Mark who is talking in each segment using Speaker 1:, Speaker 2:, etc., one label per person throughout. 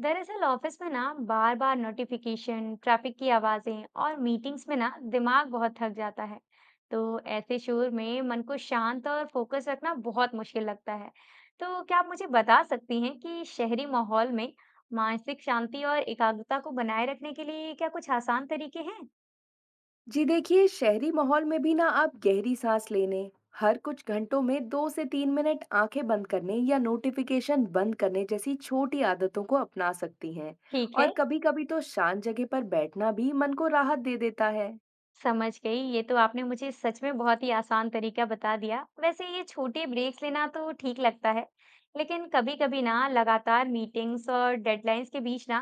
Speaker 1: दरअसल ऑफिस में ना बार बार नोटिफिकेशन, ट्रैफिक की आवाजें और मीटिंग्स में ना दिमाग बहुत थक जाता है। तो ऐसे शोर में मन को शांत और फोकस रखना बहुत मुश्किल लगता है। तो क्या आप मुझे बता सकती हैं कि शहरी माहौल में मानसिक शांति और एकाग्रता को बनाए रखने के लिए क्या कुछ आसान तरीके हैं?
Speaker 2: जी देखिए, शहरी माहौल में भी ना आप गहरी सांस लेने, हर कुछ घंटों में 2 से 3 मिनट आंखें बंद करने या नोटिफिकेशन बंद करने जैसी छोटी आदतों को अपना सकती हैं।
Speaker 1: ठीक है।
Speaker 2: और कभी कभी तो शांत जगह पर बैठना भी मन को राहत दे देता है।
Speaker 1: समझ गई, ये तो आपने मुझे सच में बहुत ही आसान तरीका बता दिया। वैसे ये छोटे ब्रेक्स लेना तो ठीक लगता है, लेकिन कभी कभी ना लगातार मीटिंग्स और डेडलाइंस के बीच ना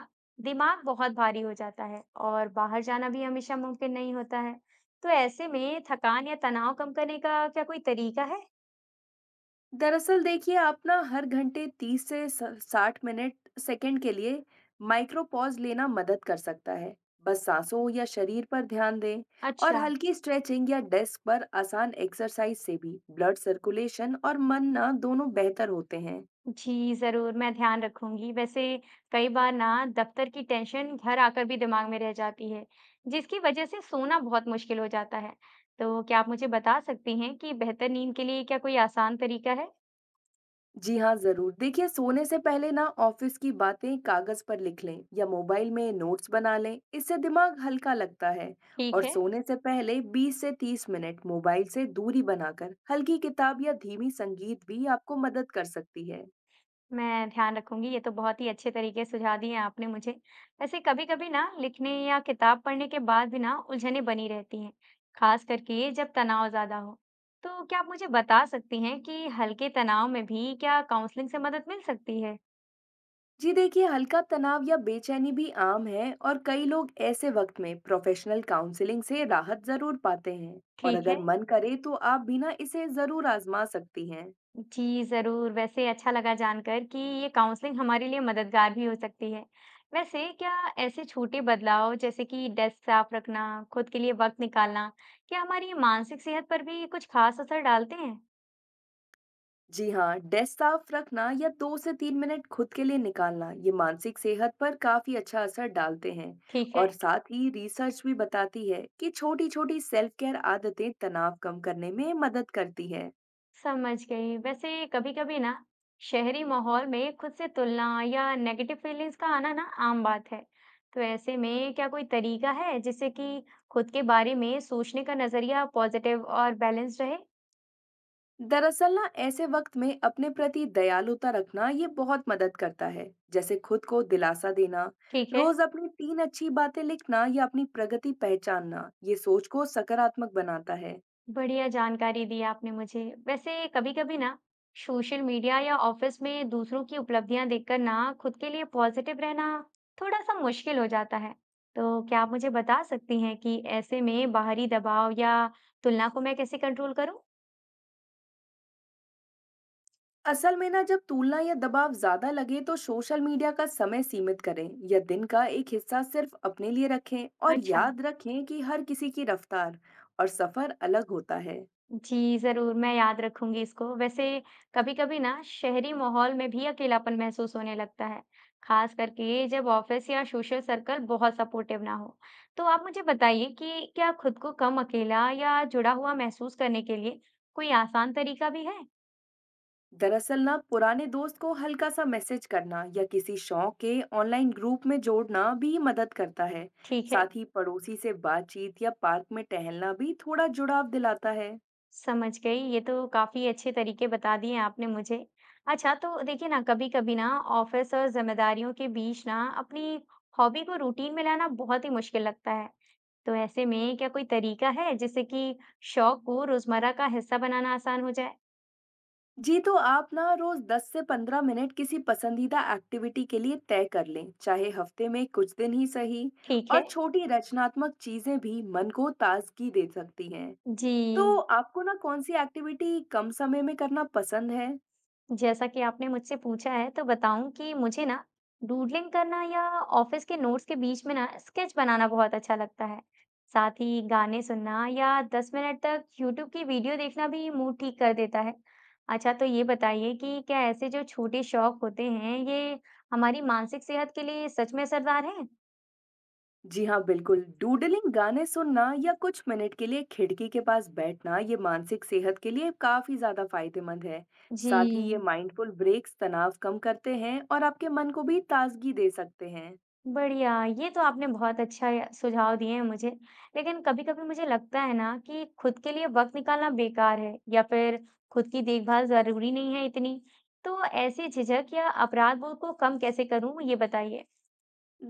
Speaker 1: दिमाग बहुत भारी हो जाता है और बाहर जाना भी हमेशा मुमकिन नहीं होता है। तो ऐसे में थकान या तनाव कम करने का क्या कोई तरीका है?
Speaker 2: दरअसल देखिए, आप ना हर घंटे 30 से 60 मिनट सेकंड के लिए माइक्रो पॉज लेना मदद कर सकता है। बस सांसों या शरीर पर ध्यान दें। और
Speaker 1: अच्छा।
Speaker 2: हल्की स्ट्रेचिंग या डेस्क पर आसान एक्सरसाइज से भी ब्लड सर्कुलेशन और मन ना दोनों बेहतर होते हैं।
Speaker 1: जी, ज़रूर, मैं ध्यान रखूँगी। वैसे कई बार ना दफ़्तर की टेंशन घर आकर भी दिमाग में रह जाती है, जिसकी वज़ह से सोना बहुत मुश्किल हो जाता है। तो क्या आप मुझे बता सकती हैं कि बेहतर नींद के लिए क्या कोई आसान तरीका है?
Speaker 2: जी हाँ जरूर, देखिए सोने से पहले ना ऑफिस की बातें कागज पर लिख लें या मोबाइल में नोट्स बना लें, इससे दिमाग हल्का लगता है। और
Speaker 1: ठीक है,
Speaker 2: सोने से पहले 20 से 30 मिनट मोबाइल से दूरी बनाकर हल्की किताब या धीमी संगीत भी आपको मदद कर सकती है।
Speaker 1: मैं ध्यान रखूँगी। ये तो बहुत ही अच्छे तरीके सुझा दिए आपने मुझे। वैसे कभी-कभी ना लिखने या किताब पढ़ने के बाद भी ना उलझनें बनी रहती हैं, ख़ास करके जब तनाव ज़्यादा हो। तो क्या आप मुझे बता सकती हैं कि हल्के तनाव में भी क्या काउंसलिंग से मदद मिल सकती है?
Speaker 2: जी देखिए, हल्का तनाव या बेचैनी भी आम है, और कई लोग ऐसे वक्त में प्रोफेशनल काउंसलिंग से राहत जरूर पाते हैं। और
Speaker 1: ठीक है।
Speaker 2: अगर मन करे तो आप भी ना इसे जरूर आजमा सकती हैं।
Speaker 1: जी, ज़रूर। वैसे अच्छा लगा जानकर कि ये काउंसलिंग हमारे लिए मददगार भी हो सकती है। वैसे क्या ऐसे छोटे बदलाव, जैसे कि डेस्क साफ रखना, खुद के लिए वक़्त निकालना, क्या हमारी मानसिक सेहत पर भी कुछ खास असर डालते हैं?
Speaker 2: जी हाँ, डेस्क साफ रखना या 2 से 3 मिनट खुद के लिए निकालना, ये मानसिक सेहत पर काफ़ी अच्छा असर डालते हैं।
Speaker 1: ठीक है,
Speaker 2: और साथ ही रिसर्च भी बताती है कि छोटी-छोटी सेल्फ केयर आदतें तनाव कम करने में मदद करती है।
Speaker 1: समझ गई। वैसे कभी-कभी ना शहरी माहौल में खुद से तुलना या नेगेटिव फीलिंग्स का आना ना आम बात है। तो ऐसे में क्या कोई तरीका है जिससे कि खुद के बारे में सोचने का नज़रिया पॉजिटिव और बैलेंस्ड रहे?
Speaker 2: दरअसल ना, ऐसे वक्त में अपने प्रति दयालुता रखना ये बहुत मदद करता है। जैसे खुद को दिलासा देना,
Speaker 1: ठीक है।
Speaker 2: रोज अपनी 3 अच्छी बातें लिखना या अपनी प्रगति पहचानना, ये सोच को सकारात्मक बनाता है।
Speaker 1: बढ़िया जानकारी दी आपने मुझे। वैसे कभी-कभी ना सोशल मीडिया या ऑफिस में दूसरों की उपलब्धियां देखकर ना खुद के लिए पॉजिटिव रहना थोड़ा-सा मुश्किल हो जाता है। तो क्या आप मुझे बता सकती हैं कि ऐसे में बाहरी दबाव या तुलना को मैं कैसे कंट्रोल करूं?
Speaker 2: असल में ना, जब तुलना या दबाव ज्यादा लगे तो सोशल मीडिया का समय सीमित करें या दिन का एक हिस्सा सिर्फ अपने लिए रखें, और
Speaker 1: अच्छा।
Speaker 2: याद रखें कि हर किसी की रफ्तार और सफर अलग होता है।
Speaker 1: जी, ज़रूर, मैं याद रखूँगी इसको। वैसे कभी-कभी ना शहरी माहौल में भी अकेलापन महसूस होने लगता है, खास करके जब ऑफ़िस या सोशल सर्कल बहुत सपोर्टिव ना हो। तो आप मुझे बताइए कि क्या खुद को कम अकेला या जुड़ा हुआ महसूस करने के लिए कोई आसान तरीका भी है?
Speaker 2: दरअसल ना, पुराने दोस्त को हल्का सा मैसेज करना या किसी शौक के ऑनलाइन ग्रुप में जोड़ना भी मदद करता है।
Speaker 1: ठीक है।
Speaker 2: साथ ही पड़ोसी से बातचीत या पार्क में टहलना भी थोड़ा जुड़ाव दिलाता है।
Speaker 1: समझ गई। ये तो काफ़ी अच्छे तरीके बता दिए आपने मुझे। अच्छा, तो देखिए ना, कभी-कभी ना ऑफ़िस और ज़िम्मेदारियों के बीच ना अपनी हॉबी को रूटीन में लाना बहुत ही मुश्किल लगता है। तो ऐसे में क्या कोई तरीका है जिससे कि शौक को रोज़मर्रा का हिस्सा बनाना आसान हो जाए?
Speaker 2: जी, तो आप ना रोज़ 10 से 15 मिनट किसी पसंदीदा एक्टिविटी के लिए तय कर लें, चाहे हफ्ते में कुछ दिन ही सही।
Speaker 1: ठीक है।
Speaker 2: और छोटी रचनात्मक चीज़ें भी मन को ताज़गी दे सकती हैं।
Speaker 1: जी।
Speaker 2: तो आपको ना कौन-सी एक्टिविटी कम समय में करना पसंद है?
Speaker 1: जैसा कि आपने मुझसे पूछा है तो बताऊं कि मुझे ना डूडलिंग करना या ऑफिस के नोट्स के बीच में ना स्केच बनाना बहुत अच्छा लगता है। साथ ही गाने सुनना या 10 मिनट तक यूट्यूब की वीडियो देखना भी मूड ठीक कर देता है। अच्छा, तो ये बताइए कि क्या ऐसे जो छोटे शौक होते हैं, ये हमारी मानसिक सेहत के लिए सच में असरदार हैं?
Speaker 2: जी हाँ, बिल्कुल, डूडलिंग, गाने सुनना या कुछ मिनट के लिए खिड़की के पास बैठना, ये मानसिक सेहत के लिए काफ़ी ज़्यादा फ़ायदेमंद है। साथ ही ये
Speaker 1: जी।
Speaker 2: माइंडफुल ब्रेक्स तनाव कम करते हैं और आपके मन को भी ताज़गी दे सकते हैं।
Speaker 1: बढ़िया, ये तो आपने बहुत अच्छा या सुझाव दिए हैं मुझे। लेकिन कभी-कभी मुझे लगता है ना कि खुद के लिए वक़्त निकालना बेकार है या फिर खुद की देखभाल ज़रूरी नहीं है इतनी। तो ऐसी झिझक या अपराध बोध को कम कैसे करूँ, ये बताइए?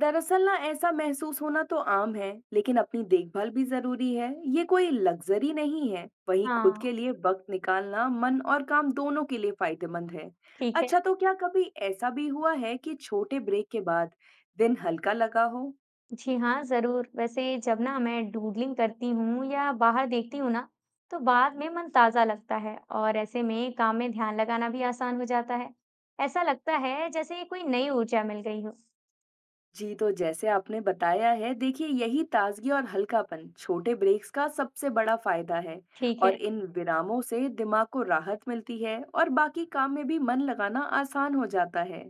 Speaker 2: दरअसल ना, ऐसा महसूस होना तो आम है, लेकिन अपनी देखभाल भी जरूरी है। ये कोई लग्जरी नहीं है। वहीं खुद
Speaker 1: हाँ,
Speaker 2: के लिए वक्त निकालना मन और काम दोनों के लिए फायदेमंद है।
Speaker 1: ठीक है।
Speaker 2: अच्छा, तो क्या कभी ऐसा भी हुआ है कि छोटे ब्रेक के बाद दिन हल्का लगा हो?
Speaker 1: जी हाँ, ज़रूर। वैसे जब ना मैं डूडलिंग करती हूँ या बाहर देखती हूँ ना, तो बाद में मन ताज़ा लगता है और ऐसे में काम में ध्यान लगाना भी आसान हो जाता है। ऐसा लगता है जैसे कोई नई ऊर्जा मिल गई हो।
Speaker 2: जी, तो जैसे आपने बताया है, देखिए यही ताजगी और हल्कापन छोटे ब्रेक्स का सबसे बड़ा फायदा है।
Speaker 1: ठीक है।
Speaker 2: और इन विरामों से दिमाग को राहत मिलती है और बाकी काम में भी मन लगाना आसान हो जाता है।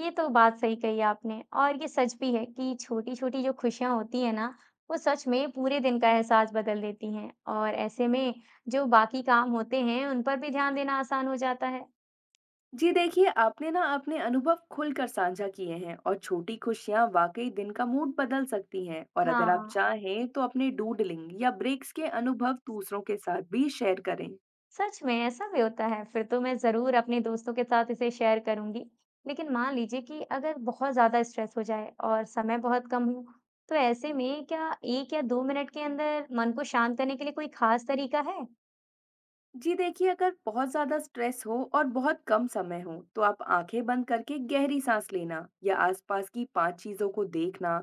Speaker 1: ये तो बात सही कही आपने, और ये सच भी है कि छोटी-छोटी जो खुशियां होती है ना, वो सच में पूरे दिन का एहसास बदल देती हैं और ऐसे में जो बाकी काम होते हैं, उन पर भी ध्यान देना आसान हो जाता है।
Speaker 2: जी देखिए, आपने ना अपने अनुभव खुलकर साझा किए हैं, और छोटी खुशियाँ वाकई दिन का मूड बदल सकती हैं, और अगर आप
Speaker 1: हाँ,
Speaker 2: चाहें तो अपने डूडलिंग या ब्रेक्स के अनुभव दूसरों के साथ भी शेयर करें।
Speaker 1: सच में ऐसा भी होता है। फिर तो मैं ज़रूर अपने दोस्तों के साथ इसे शेयर करूंगी। लेकिन मान लीजिए कि अगर बहुत ज़्यादा स्ट्रेस हो जाए और समय बहुत कम हो, तो ऐसे में क्या 1 या 2 मिनट के अंदर मन को शांत करने के लिए कोई खास तरीका है?
Speaker 2: जी देखिए, अगर बहुत ज़्यादा स्ट्रेस हो और बहुत कम समय हो तो आप आंखें बंद करके गहरी सांस लेना या आसपास की 5 चीज़ों को देखना,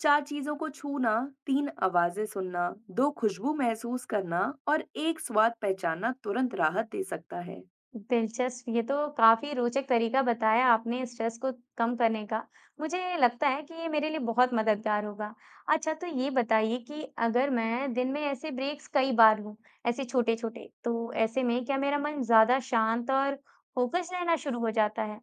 Speaker 2: 4 चीज़ों को छूना, 3 आवाज़ें सुनना, 2 खुशबू महसूस करना और 1 स्वाद पहचानना तुरंत राहत दे सकता है।
Speaker 1: दिलचस्प, ये तो काफ़ी रोचक तरीका बताया आपने स्ट्रेस को कम करने का। मुझे लगता है कि ये मेरे लिए बहुत मददगार होगा। अच्छा, तो ये बताइए कि अगर मैं दिन में ऐसे ब्रेक्स कई बार लूँ, ऐसे छोटे-छोटे, तो ऐसे में क्या मेरा मन ज़्यादा शांत और फोकस रहना शुरू हो जाता है?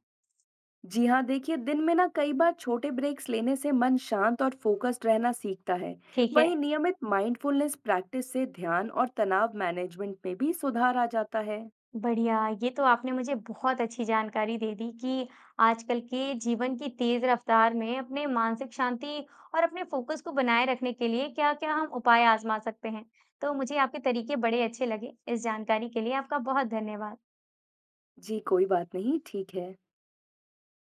Speaker 2: जी हाँ, देखिए दिन में ना कई बार छोटे ब्रेक्स लेने से मन शांत और फोकस्ड रहना सीखता है।
Speaker 1: ठीक है।
Speaker 2: वहीं नियमित माइंडफुलनेस प्रैक्टिस से ध्यान और तनाव मैनेजमेंट में भी सुधार आ जाता है।
Speaker 1: बढ़िया, ये तो आपने मुझे बहुत अच्छी जानकारी दे दी कि आजकल के जीवन की तेज़ रफ़्तार में अपने मानसिक शांति और अपने फ़ोकस को बनाए रखने के लिए क्या-क्या हम उपाय आज़मा सकते हैं। तो मुझे आपके तरीके बड़े अच्छे लगे। इस जानकारी के लिए आपका बहुत धन्यवाद।
Speaker 2: जी कोई बात नहीं, ठीक है।